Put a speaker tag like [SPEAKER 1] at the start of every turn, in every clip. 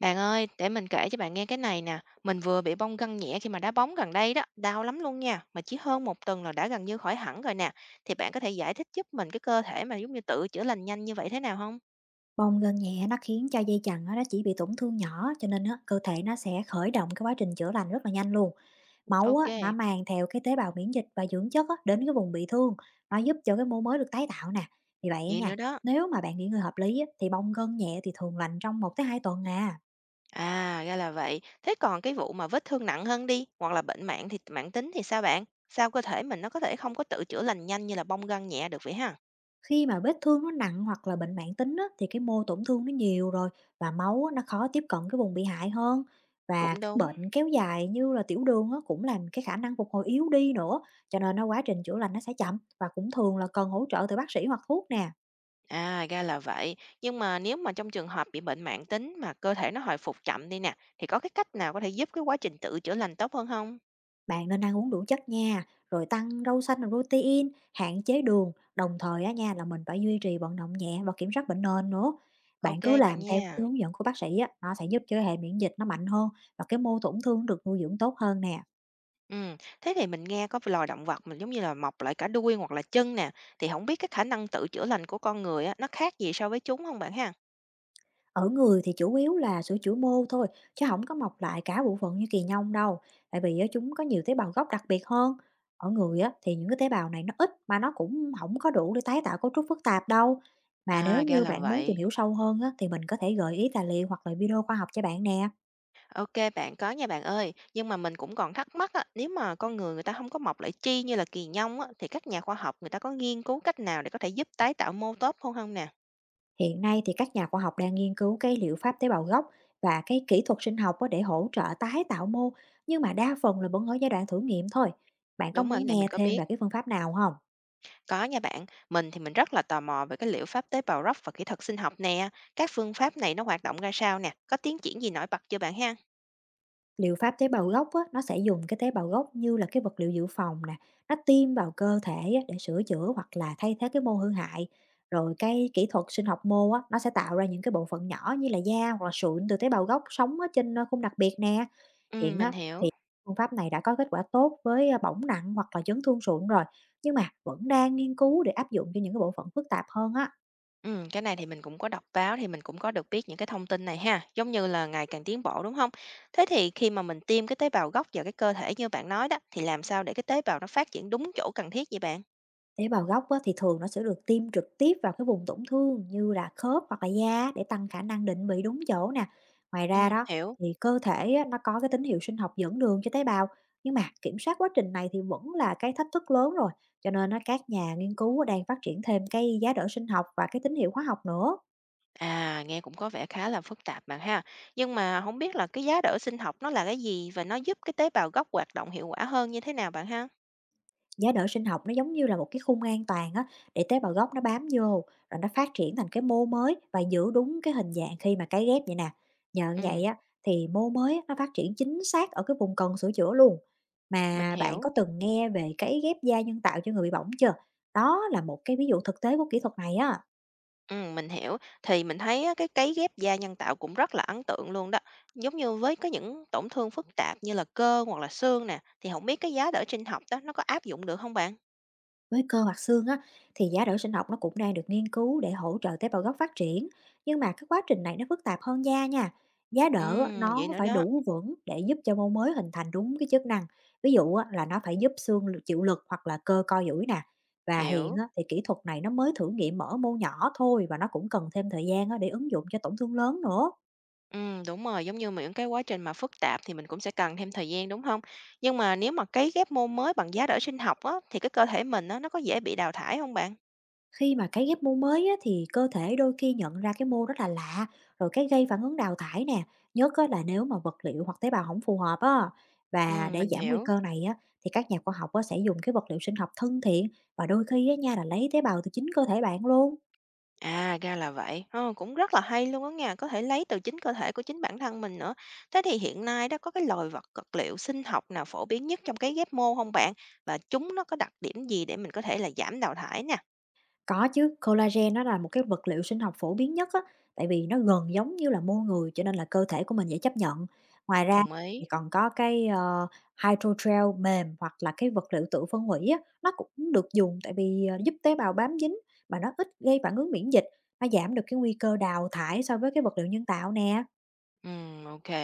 [SPEAKER 1] Bạn ơi, để mình kể cho bạn nghe cái này nè. Mình vừa bị bong gân nhẹ khi mà đá bóng gần đây đó. Đau lắm luôn nha. Mà chỉ hơn một tuần là đã gần như khỏi hẳn rồi nè. Thì bạn có thể giải thích giúp mình cái cơ thể mà giống như tự chữa lành nhanh như vậy thế nào không?
[SPEAKER 2] Bong gân nhẹ nó khiến cho dây chằng á, nó chỉ bị tổn thương nhỏ cho nên á, cơ thể nó sẽ khởi động cái quá trình chữa lành rất là nhanh luôn. Máu
[SPEAKER 1] Ok,
[SPEAKER 2] á, nó mang theo cái tế bào miễn dịch và dưỡng chất á, đến cái vùng bị thương, nó giúp cho cái mô mới được tái tạo nè. Vì vậy á
[SPEAKER 1] vậy nữa
[SPEAKER 2] nha,
[SPEAKER 1] đó.
[SPEAKER 2] nếu mà bạn nghỉ ngơi hợp lý á, thì bong gân nhẹ thì thường lành trong một tới 2 tuần à.
[SPEAKER 1] À, ra là vậy. Thế còn cái vụ mà vết thương nặng hơn đi, hoặc là bệnh mạng tính thì sao bạn? Sao cơ thể mình nó có thể không có tự chữa lành nhanh như là bong gân nhẹ được vậy ha?
[SPEAKER 2] Khi mà vết thương nó nặng hoặc là bệnh mãn tính á, thì cái mô tổn thương nó nhiều rồi và máu á, nó khó tiếp cận cái vùng bị hại hơn. Và
[SPEAKER 1] Cũng
[SPEAKER 2] các
[SPEAKER 1] đúng.
[SPEAKER 2] bệnh kéo dài như là tiểu đường á, cũng làm cái khả năng phục hồi yếu đi nữa. Cho nên nó quá trình chữa lành nó sẽ chậm và cũng thường là cần hỗ trợ từ bác sĩ hoặc thuốc nè.
[SPEAKER 1] À, ra là vậy. Nhưng mà nếu mà trong trường hợp bị bệnh mãn tính mà cơ thể nó hồi phục chậm đi nè, thì có cái cách nào có thể giúp cái quá trình tự chữa lành tốt hơn không?
[SPEAKER 2] Bạn nên ăn uống đủ chất nha, rồi tăng rau xanh và protein, hạn chế đường, đồng thời á nha là mình phải duy trì vận động nhẹ và kiểm soát bệnh nền nữa. Bạn
[SPEAKER 1] Ok
[SPEAKER 2] cứ
[SPEAKER 1] bạn
[SPEAKER 2] làm theo cái
[SPEAKER 1] nha.
[SPEAKER 2] hướng dẫn của bác sĩ á, nó sẽ giúp cho hệ miễn dịch nó mạnh hơn và cái mô tổn thương được nuôi dưỡng tốt hơn nè.
[SPEAKER 1] Ừ, thế thì mình nghe có loài động vật mình giống như là mọc lại cả đuôi hoặc là chân nè, thì không biết cái khả năng tự chữa lành của con người á, nó khác gì so với chúng không bạn ha?
[SPEAKER 2] Ở người thì chủ yếu là sữa chữa mô thôi, chứ không có mọc lại cả bộ phận như kỳ nhông đâu, tại vì á chúng có nhiều tế bào gốc đặc biệt hơn. Ở người á thì những cái tế bào này nó ít mà nó cũng không có đủ để tái tạo cấu trúc phức tạp đâu. Mà nếu
[SPEAKER 1] À, ra
[SPEAKER 2] như
[SPEAKER 1] là
[SPEAKER 2] bạn muốn tìm
[SPEAKER 1] vậy.
[SPEAKER 2] hiểu sâu hơn á thì mình có thể gợi ý tài liệu hoặc là video khoa học cho bạn nè.
[SPEAKER 1] Ok bạn có nha bạn ơi, nhưng mà mình cũng còn thắc mắc á, nếu mà con người người ta không có mọc lại chi như là kỳ nhông á, thì các nhà khoa học người ta có nghiên cứu cách nào để có thể giúp tái tạo mô tốt hơn không nè?
[SPEAKER 2] Hiện nay thì các nhà khoa học đang nghiên cứu cái liệu pháp tế bào gốc và cái kỹ thuật sinh học á, để hỗ trợ tái tạo mô, nhưng mà đa phần là vẫn ở giai đoạn thử nghiệm thôi. Bạn có
[SPEAKER 1] Đúng rồi, cái
[SPEAKER 2] muốn
[SPEAKER 1] này mình
[SPEAKER 2] nghe
[SPEAKER 1] có
[SPEAKER 2] thêm
[SPEAKER 1] biết.
[SPEAKER 2] về cái phương pháp nào không?
[SPEAKER 1] Có nha bạn, mình thì mình rất là tò mò về cái liệu pháp tế bào gốc và kỹ thuật sinh học nè. Các phương pháp này nó hoạt động ra sao nè? Có tiến triển gì nổi bật chưa bạn ha?
[SPEAKER 2] Liệu pháp tế bào gốc á, nó sẽ dùng cái tế bào gốc như là cái vật liệu dự phòng nè, nó tiêm vào cơ thể á, để sửa chữa hoặc là thay thế cái mô hư hại. Rồi cái kỹ thuật sinh học mô á, nó sẽ tạo ra những cái bộ phận nhỏ như là da hoặc là sụn từ tế bào gốc sống ở trên khung đặc biệt nè.
[SPEAKER 1] Ừ,
[SPEAKER 2] Hiện
[SPEAKER 1] mình
[SPEAKER 2] á,
[SPEAKER 1] hiểu.
[SPEAKER 2] phương pháp này đã có kết quả tốt với bỏng nặng hoặc là chấn thương sụn rồi, nhưng mà vẫn đang nghiên cứu để áp dụng cho những cái bộ phận phức tạp hơn á.
[SPEAKER 1] Ừ, cái này thì mình cũng có đọc báo thì mình cũng có được biết những cái thông tin này ha, giống như là ngày càng tiến bộ đúng không? Thế thì khi mà mình tiêm cái tế bào gốc vào cái cơ thể như bạn nói đó thì làm sao để cái tế bào nó phát triển đúng chỗ cần thiết vậy bạn?
[SPEAKER 2] Tế bào gốc á, thì thường nó sẽ được tiêm trực tiếp vào cái vùng tổn thương như là khớp hoặc là da để tăng khả năng định vị đúng chỗ nè. Ngoài
[SPEAKER 1] Ừ,
[SPEAKER 2] ra đó
[SPEAKER 1] hiểu.
[SPEAKER 2] thì cơ thể á, nó có cái tín hiệu sinh học dẫn đường cho tế bào, nhưng mà kiểm soát quá trình này thì vẫn là cái thách thức lớn rồi, cho nên nó các nhà nghiên cứu đang phát triển thêm cái giá đỡ sinh học và cái tín hiệu hóa học nữa.
[SPEAKER 1] À, nghe cũng có vẻ khá là phức tạp bạn ha. Nhưng mà không biết là cái giá đỡ sinh học nó là cái gì và nó giúp cái tế bào gốc hoạt động hiệu quả hơn như thế nào bạn ha?
[SPEAKER 2] Giá đỡ sinh học nó giống như là một cái khung an toàn á, để tế bào gốc nó bám vô, rồi nó phát triển thành cái mô mới và giữ đúng cái hình dạng khi mà cấy ghép vậy nè. Nhờ như vậy
[SPEAKER 1] Ừm,
[SPEAKER 2] á, thì mô mới á, nó phát triển chính xác ở cái vùng cần sửa chữa luôn.
[SPEAKER 1] mình
[SPEAKER 2] Mà bạn
[SPEAKER 1] hiểu.
[SPEAKER 2] có từng nghe về cấy ghép da nhân tạo cho người bị bỏng chưa? Đó là một cái ví dụ thực tế của kỹ thuật này á.
[SPEAKER 1] Mình hiểu. Thì mình thấy á, cái cấy ghép da nhân tạo cũng rất là ấn tượng luôn đó. Giống như với có những tổn thương phức tạp như là cơ hoặc là xương nè, thì không biết cái giá đỡ sinh học đó nó có áp dụng được không bạn?
[SPEAKER 2] Với cơ hoặc xương á, thì giá đỡ sinh học nó cũng đang được nghiên cứu để hỗ trợ tế bào gốc phát triển. Nhưng mà cái quá trình này nó phức tạp hơn da nha. Giá đỡ á,
[SPEAKER 1] Vậy
[SPEAKER 2] nó
[SPEAKER 1] nữa
[SPEAKER 2] phải
[SPEAKER 1] đó.
[SPEAKER 2] đủ vững để giúp cho mô mới hình thành đúng cái chức năng. Ví dụ á, là nó phải giúp chịu lực hoặc là cơ co duỗi nè. Và hiện
[SPEAKER 1] Hiểu.
[SPEAKER 2] á, thì kỹ thuật này nó mới thử nghiệm ở mô nhỏ thôi, và nó cũng cần thêm thời gian á, để ứng dụng cho tổn thương lớn nữa.
[SPEAKER 1] Đúng rồi, giống như mà những cái quá trình mà phức tạp thì mình cũng sẽ cần thêm thời gian, đúng không? Nhưng mà nếu mà cấy ghép môn mới bằng giá đỡ sinh học á, thì cái cơ thể mình á, nó có dễ bị đào thải không bạn?
[SPEAKER 2] Khi mà cái ghép mô mới á, thì cơ thể đôi khi nhận ra cái mô rất là lạ, rồi cái gây phản ứng đào thải nè, nhất á, là nếu mà vật liệu hoặc tế bào không phù hợp á. Và để
[SPEAKER 1] Mình
[SPEAKER 2] giảm nguy
[SPEAKER 1] hiểu.
[SPEAKER 2] cơ này á, thì các nhà khoa học á, sẽ dùng cái vật liệu sinh học thân thiện, và đôi khi á, nha là lấy tế bào từ chính cơ thể bạn luôn.
[SPEAKER 1] À, ra là vậy. Ờ, cũng rất là hay luôn á nha, có thể lấy từ chính cơ thể của chính bản thân mình nữa. Thế thì hiện nay đó, có cái loại vật vật liệu sinh học nào phổ biến nhất trong cấy ghép mô không bạn? Và chúng nó có đặc điểm gì để mình có thể là giảm đào thải nè?
[SPEAKER 2] Có chứ, collagen nó là một cái vật liệu sinh học phổ biến nhất á, tại vì nó gần giống như là mô người, cho nên là cơ thể của mình dễ chấp nhận. Ngoài ra
[SPEAKER 1] Đồng ý.
[SPEAKER 2] thì còn có cái, hydrogel mềm hoặc là cái vật liệu tự phân hủy á, nó cũng được dùng, tại vì, giúp tế bào bám dính mà nó ít gây phản ứng miễn dịch, nó giảm được cái nguy cơ đào thải so với cái vật liệu nhân tạo nè.
[SPEAKER 1] Ok.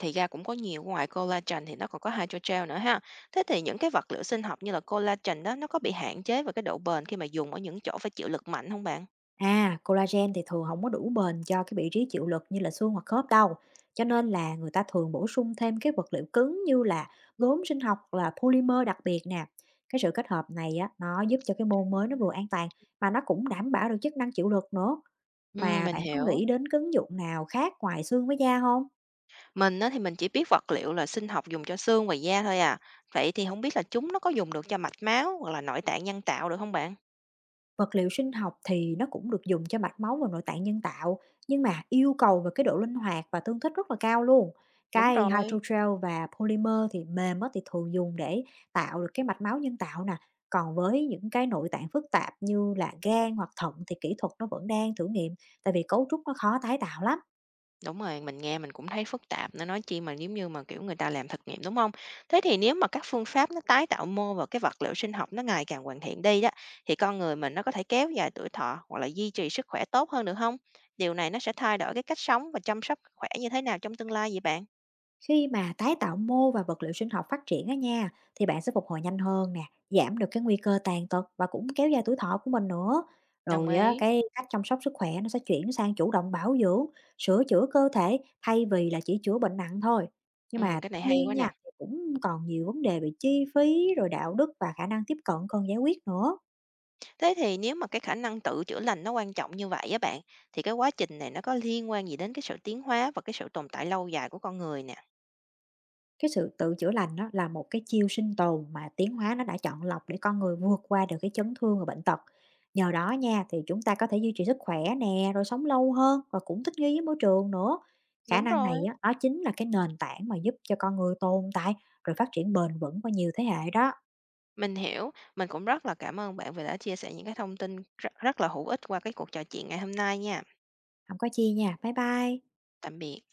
[SPEAKER 1] Thì ra cũng có nhiều, ngoài collagen thì nó còn có hydrogel nữa ha. Thế thì những cái vật liệu sinh học như là collagen đó, nó có bị hạn chế về cái độ bền khi mà dùng ở những chỗ phải chịu lực mạnh không bạn?
[SPEAKER 2] À, collagen thì thường không có đủ bền cho cái vị trí chịu lực như là xương hoặc khớp đâu. Cho nên là người ta thường bổ sung thêm cái vật liệu cứng như là gốm sinh học hoặc là polymer đặc biệt nè. Cái sự kết hợp này á, nó giúp cho cái môn mới nó
[SPEAKER 1] Ừm.
[SPEAKER 2] vừa an toàn mà nó cũng đảm bảo được chức năng chịu lực nữa. Mà
[SPEAKER 1] Mình
[SPEAKER 2] bạn có
[SPEAKER 1] hiểu.
[SPEAKER 2] nghĩ đến cái ứng dụng nào khác ngoài xương với da không?
[SPEAKER 1] Mình á thì mình chỉ biết vật liệu là sinh học dùng cho xương và da thôi à. Vậy thì không biết là chúng nó có dùng được cho mạch máu hoặc là nội tạng nhân tạo được không bạn?
[SPEAKER 2] Vật liệu sinh học thì nó cũng được dùng cho mạch máu và nội tạng nhân tạo, nhưng mà yêu cầu về cái độ linh hoạt và tương thích rất là cao luôn.
[SPEAKER 1] Đúng
[SPEAKER 2] Cái
[SPEAKER 1] rồi.
[SPEAKER 2] hydrogel và polymer thì mềm á, thì thường dùng để tạo được cái mạch máu nhân tạo nè. Còn với những cái nội tạng phức tạp như là gan hoặc thận thì kỹ thuật nó vẫn đang thử nghiệm, tại vì cấu trúc nó khó tái tạo lắm.
[SPEAKER 1] Đúng rồi, mình nghe mình cũng thấy phức tạp nó nói chi mà nếu như mà, kiểu, người ta làm thực nghiệm, đúng không? Thế thì nếu mà các phương pháp nó tái tạo mô và cái vật liệu sinh học nó ngày càng hoàn thiện đi đó, thì con người mình nó có thể kéo dài tuổi thọ hoặc là duy trì sức khỏe tốt hơn được không? Điều này nó sẽ thay đổi cái cách sống và chăm sóc sức khỏe như thế nào trong tương lai vậy bạn?
[SPEAKER 2] Khi mà tái tạo mô và vật liệu sinh học phát triển á nha, thì bạn sẽ phục hồi nhanh hơn nè, giảm được cái nguy cơ tàn tật và cũng kéo dài tuổi thọ của mình nữa.
[SPEAKER 1] Đồng
[SPEAKER 2] Rồi á,
[SPEAKER 1] ý.
[SPEAKER 2] cái cách chăm sóc sức khỏe nó sẽ chuyển sang chủ động bảo dưỡng, sửa chữa cơ thể thay vì là chỉ chữa bệnh nặng thôi. Nhưng mà
[SPEAKER 1] Cái
[SPEAKER 2] tất
[SPEAKER 1] này hay
[SPEAKER 2] nhiên
[SPEAKER 1] quá
[SPEAKER 2] nha,
[SPEAKER 1] nè.
[SPEAKER 2] cũng còn nhiều vấn đề về chi phí, rồi đạo đức và khả năng tiếp cận cần giải quyết nữa.
[SPEAKER 1] Thế thì nếu mà cái khả năng tự chữa lành nó quan trọng như vậy á bạn, thì cái quá trình này nó có liên quan gì đến cái sự tiến hóa và cái sự tồn tại lâu dài của con người nè?
[SPEAKER 2] Cái sự tự chữa lành đó là một cái chiêu sinh tồn mà tiến hóa nó đã chọn lọc để con người vượt qua được cái chấn thương và bệnh tật. Nhờ đó nha, thì chúng ta có thể duy trì sức khỏe nè, rồi sống lâu hơn và cũng thích nghi với môi trường nữa. Khả
[SPEAKER 1] Đúng
[SPEAKER 2] năng
[SPEAKER 1] rồi.
[SPEAKER 2] này á, nó chính là cái nền tảng mà giúp cho con người tồn tại, rồi phát triển bền vững qua nhiều thế hệ đó.
[SPEAKER 1] Mình hiểu, mình cũng rất là cảm ơn bạn vì đã chia sẻ những cái thông tin rất rất là hữu ích qua cái cuộc trò chuyện ngày hôm nay nha.
[SPEAKER 2] Không có chi nha. Bye bye.
[SPEAKER 1] Tạm biệt.